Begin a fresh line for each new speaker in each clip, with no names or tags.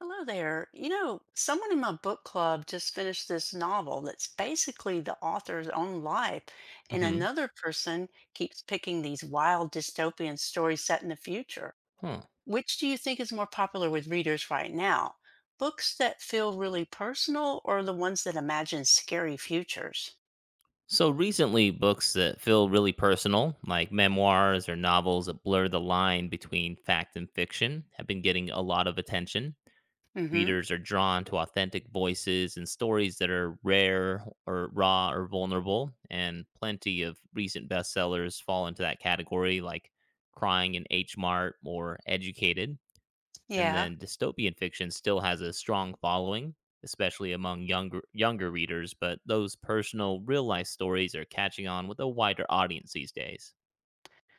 Hello there. You know, someone in my book club just finished this novel that's basically the author's own life, and
hmm
another person keeps picking these wild dystopian stories set in the future.
Huh.
Which do you think is more popular with readers right now? Books that feel really personal or the ones that imagine scary futures?
So recently, books that feel really personal, like memoirs or novels that blur the line between fact and fiction, have been getting a lot of attention.
Mm-hmm.
Readers are drawn to authentic voices and stories that are rare or raw or vulnerable, and plenty of recent bestsellers fall into that category, like Crying in H Mart or Educated. And
Yeah.
then dystopian fiction still has a strong following, especially among younger readers, but those personal real-life stories are catching on with a wider audience these days.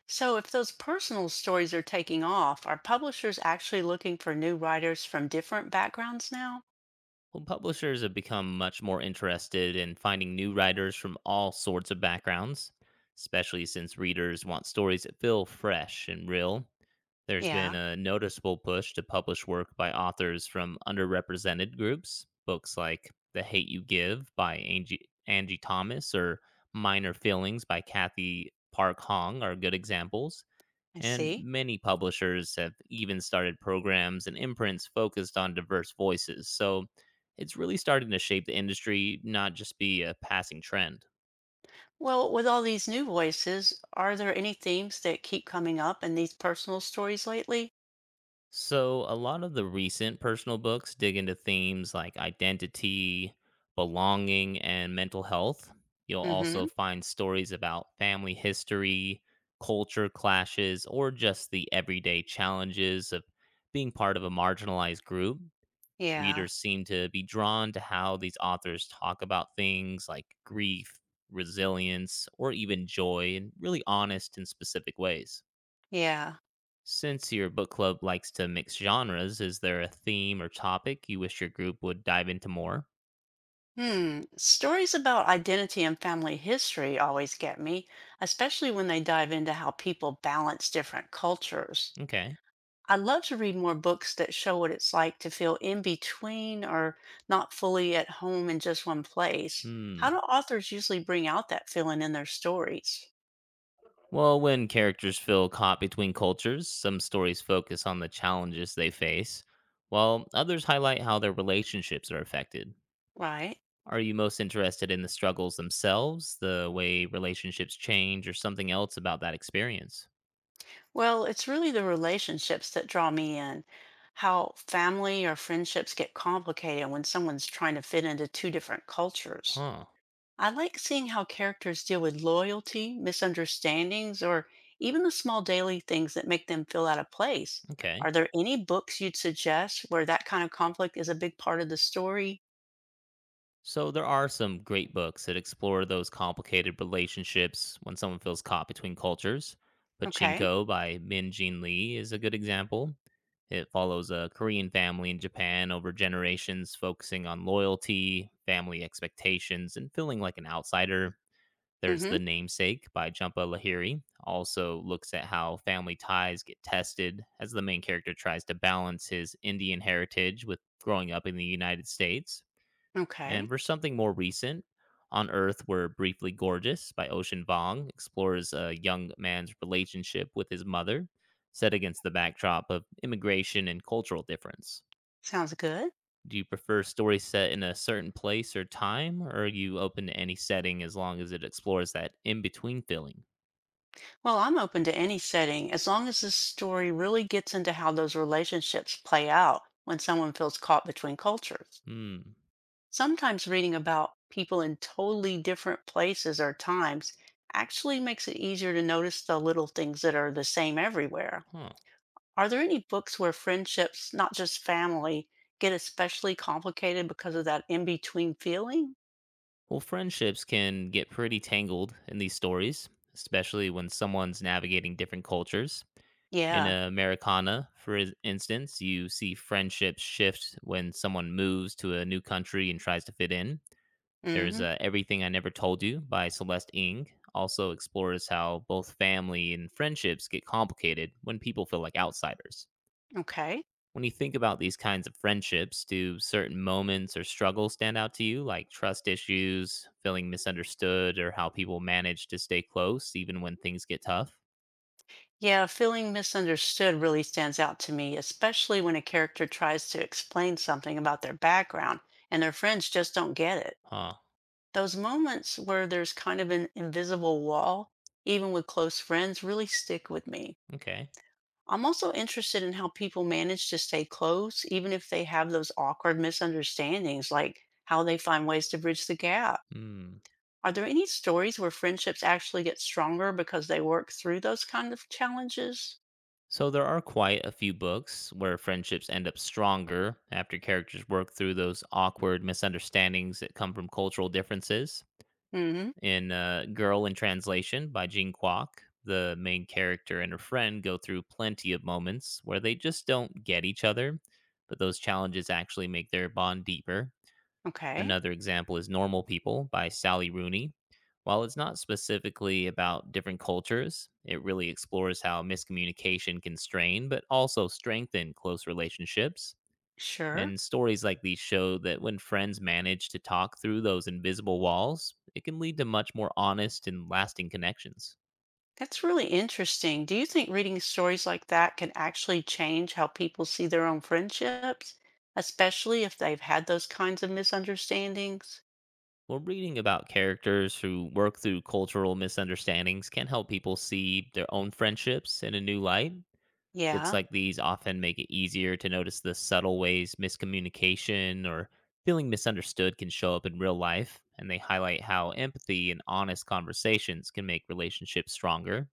So if those personal stories are taking off, are publishers actually looking for new writers from different backgrounds now?
Well, publishers have become much more interested in finding new writers from all sorts of backgrounds, especially since readers want stories that feel fresh and real. There's been
Yeah,
a noticeable push to publish work by authors from underrepresented groups, books like The Hate You Give by Angie Thomas or Minor Feelings by Kathy Park Hong are good examples.
I
And
see.
many publishers have even started programs and imprints focused on diverse voices. So it's really starting to shape the industry, not just be a passing trend.
Well, with all these new voices, are there any themes that keep coming up in these personal stories lately?
So a lot of the recent personal books dig into themes like identity, belonging, and mental health. You'll also
Mm-hmm.
find stories about family history, culture clashes, or just the everyday challenges of being part of a marginalized group.
Yeah.
Readers seem to be drawn to how these authors talk about things like grief, resilience, or even joy in really honest and specific ways.
Yeah.
Since your book club likes to mix genres, is there a theme or topic you wish your group would dive into more?
Hmm. Stories about identity and family history always get me, especially when they dive into how people balance different cultures.
Okay.
I'd love to read more books that show what it's like to feel in between or not fully at home in just one place.
Hmm.
How do authors usually bring out that feeling in their stories?
Well, when characters feel caught between cultures, some stories focus on the challenges they face, while others highlight how their relationships are affected.
Right.
Are you most interested in the struggles themselves, the way relationships change, or something else about that experience?
Well, it's really the relationships that draw me in. How family or friendships get complicated when someone's trying to fit into two different cultures.
Huh.
I like seeing how characters deal with loyalty, misunderstandings, or even the small daily things that make them feel out of place.
Okay.
Are there any books you'd suggest where that kind of conflict is a big part of the story?
So there are some great books that explore those complicated relationships when someone feels caught between cultures.
Okay.
Pachinko by Min Jin Lee is a good example. It follows a Korean family in Japan over generations, focusing on loyalty, family expectations, and feeling like an outsider. There's
Mm-hmm.
The Namesake by Jhumpa Lahiri. Also looks at how family ties get tested as the main character tries to balance his Indian heritage with growing up in the United States.
Okay.
And for something more recent, On Earth We're Briefly Gorgeous by Ocean Vuong explores a young man's relationship with his mother, set against the backdrop of immigration and cultural difference.
Sounds good.
Do you prefer stories set in a certain place or time, or are you open to any setting as long as it explores that in between feeling?
Well, I'm open to any setting as long as the story really gets into how those relationships play out when someone feels caught between cultures.
Hmm.
Sometimes reading about people in totally different places or times actually makes it easier to notice the little things that are the same everywhere.
Huh.
Are there any books where friendships, not just family, get especially complicated because of that in between feeling?
Well, friendships can get pretty tangled in these stories, especially when someone's navigating different cultures. In
Yeah.
Americana, for instance, you see friendships shift when someone moves to a new country and tries to fit in. There's
Hmm.
Everything I Never Told You by Celeste Ng, also explores how both family and friendships get complicated when people feel like outsiders.
Okay.
When you think about these kinds of friendships, do certain moments or struggles stand out to you, like trust issues, feeling misunderstood, or how people manage to stay close even when things get tough?
Yeah, feeling misunderstood really stands out to me, especially when a character tries to explain something about their background and their friends just don't get it.
Huh.
Those moments where there's kind of an invisible wall, even with close friends, really stick with me.
Okay.
I'm also interested in how people manage to stay close, even if they have those awkward misunderstandings, like how they find ways to bridge the gap.
Hmm.
Are there any stories where friendships actually get stronger because they work through those kind of challenges?
So there are quite a few books where friendships end up stronger after characters work through those awkward misunderstandings that come from cultural differences.
Hmm.
In Girl in Translation by Jean Kwok, the main character and her friend go through plenty of moments where they just don't get each other, but those challenges actually make their bond deeper.
Okay.
Another example is Normal People by Sally Rooney. While it's not specifically about different cultures, it really explores how miscommunication can strain but also strengthen close relationships.
Sure.
And stories like these show that when friends manage to talk through those invisible walls, it can lead to much more honest and lasting connections.
That's really interesting. Do you think reading stories like that can actually change how people see their own friendships, especially if they've had those kinds of misunderstandings?
Well, reading about characters who work through cultural misunderstandings can help people see their own friendships in a new light. Books
Yeah,
like these often make it easier to notice the subtle ways miscommunication or feeling misunderstood can show up in real life, and they highlight how empathy and honest conversations can make relationships stronger.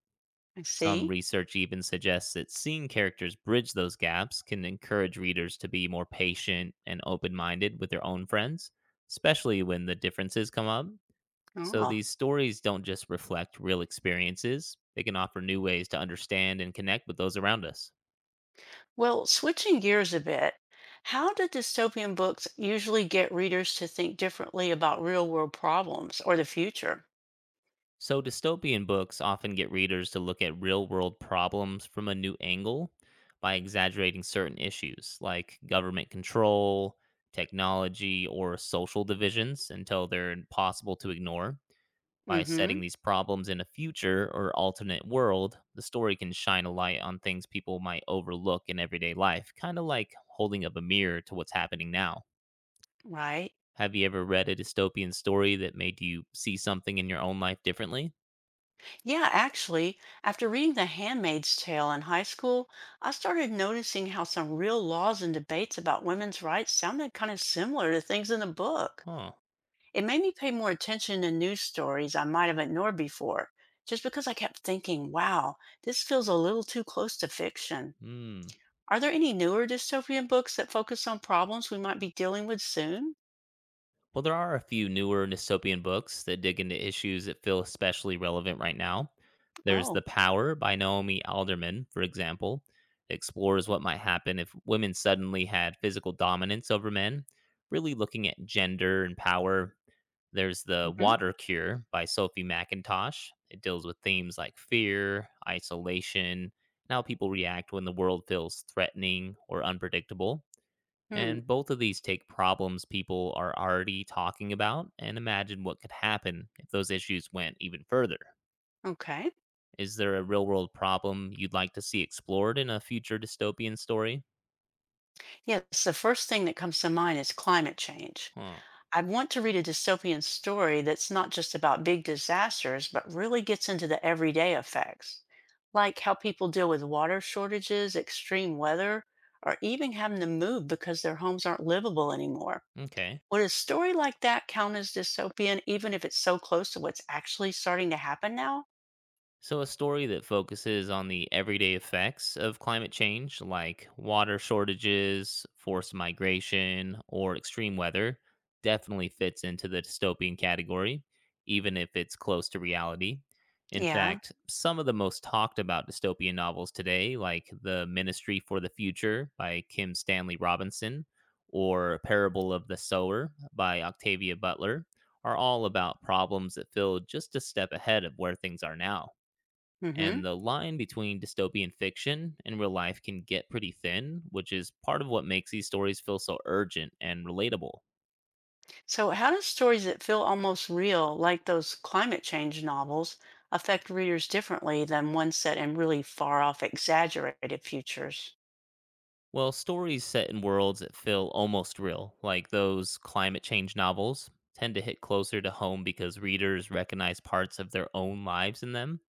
I
Some
see.
research even suggests that seeing characters bridge those gaps can encourage readers to be more patient and open minded with their own friends, especially when the differences come up. So
Oh,
these stories don't just reflect real experiences, they can offer new ways to understand and connect with those around us.
well, switching gears a bit, how do dystopian books usually get readers to think differently about real world problems or the future?
So, dystopian books often get readers to look at real world problems from a new angle by exaggerating certain issues like government control, technology, or social divisions until they're impossible to ignore.
Mm
By
hmm.
setting these problems in a future or alternate world, the story can shine a light on things people might overlook in everyday life, kind of like holding up a mirror to what's happening now.
Right.
Have you ever read a dystopian story that made you see something in your own life differently?
Yeah, actually, after reading The Handmaid's Tale in high school, I started noticing how some real laws and debates about women's rights sounded kind of similar to things in the book.
Huh.
It made me pay more attention to news stories I might have ignored before, just because I kept thinking, wow, this feels a little too close to fiction.
Hmm.
Are there any newer dystopian books that focus on problems we might be dealing with soon?
Well, there are a few newer dystopian books that dig into issues that feel especially relevant right now. There's
Oh,
The Power by Naomi Alderman, for example. It explores what might happen if women suddenly had physical dominance over men, really looking at gender and power. There's The
hmm.
Water Cure by Sophie McIntosh. It deals with themes like fear, isolation, and how people react when the world feels threatening or unpredictable.
Hmm,
And both of these take problems people are already talking about and imagine what could happen if those issues went even further.
okay.
Is there a real world problem you'd like to see explored in a future dystopian story?
Yes, the first thing that comes to mind is climate change.
Huh.
I want to read a dystopian story that's not just about big disasters, but really gets into the everyday effects, like how people deal with water shortages, extreme weather, or even having to move because their homes aren't livable anymore.
Okay.
Would a story like that count as dystopian, even if it's so close to what's actually starting to happen now?
So, a story that focuses on the everyday effects of climate change, like water shortages, forced migration, or extreme weather, definitely fits into the dystopian category, even if it's close to reality. In
Yeah.
fact, some of the most talked about dystopian novels today, like The Ministry for the Future by Kim Stanley Robinson or Parable of the Sower by Octavia Butler, are all about problems that feel just a step ahead of where things are now,
Mm hmm.
and the line between dystopian fiction and real life can get pretty thin, which is part of what makes these stories feel so urgent and relatable.
So, how do stories that feel almost real, like those climate change novels, affect readers differently than ones set in really far off, exaggerated futures?
Well, stories set in worlds that feel almost real, like those climate change novels, tend to hit closer to home because readers recognize parts of their own lives in them.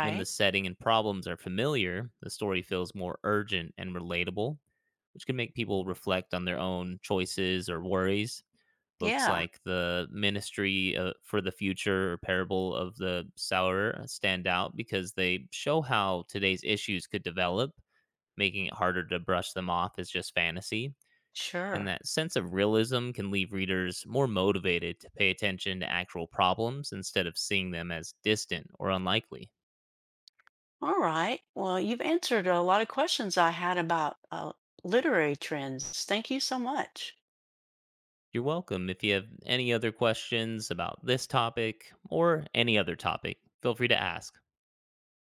When the setting and problems are familiar, the story feels more urgent and relatable, which can make people reflect on their own choices or worries. Books
Yeah,
like the Ministry for the Future or Parable of the Sower stand out because they show how today's issues could develop, making it harder to brush them off as just fantasy. And
sure.
that sense of realism can leave readers more motivated to pay attention to actual problems instead of seeing them as distant or unlikely.
All right. Well, you've answered a lot of questions I had about literary trends. Thank you so much.
You're welcome. If you have any other questions about this topic or any other topic, feel free to ask.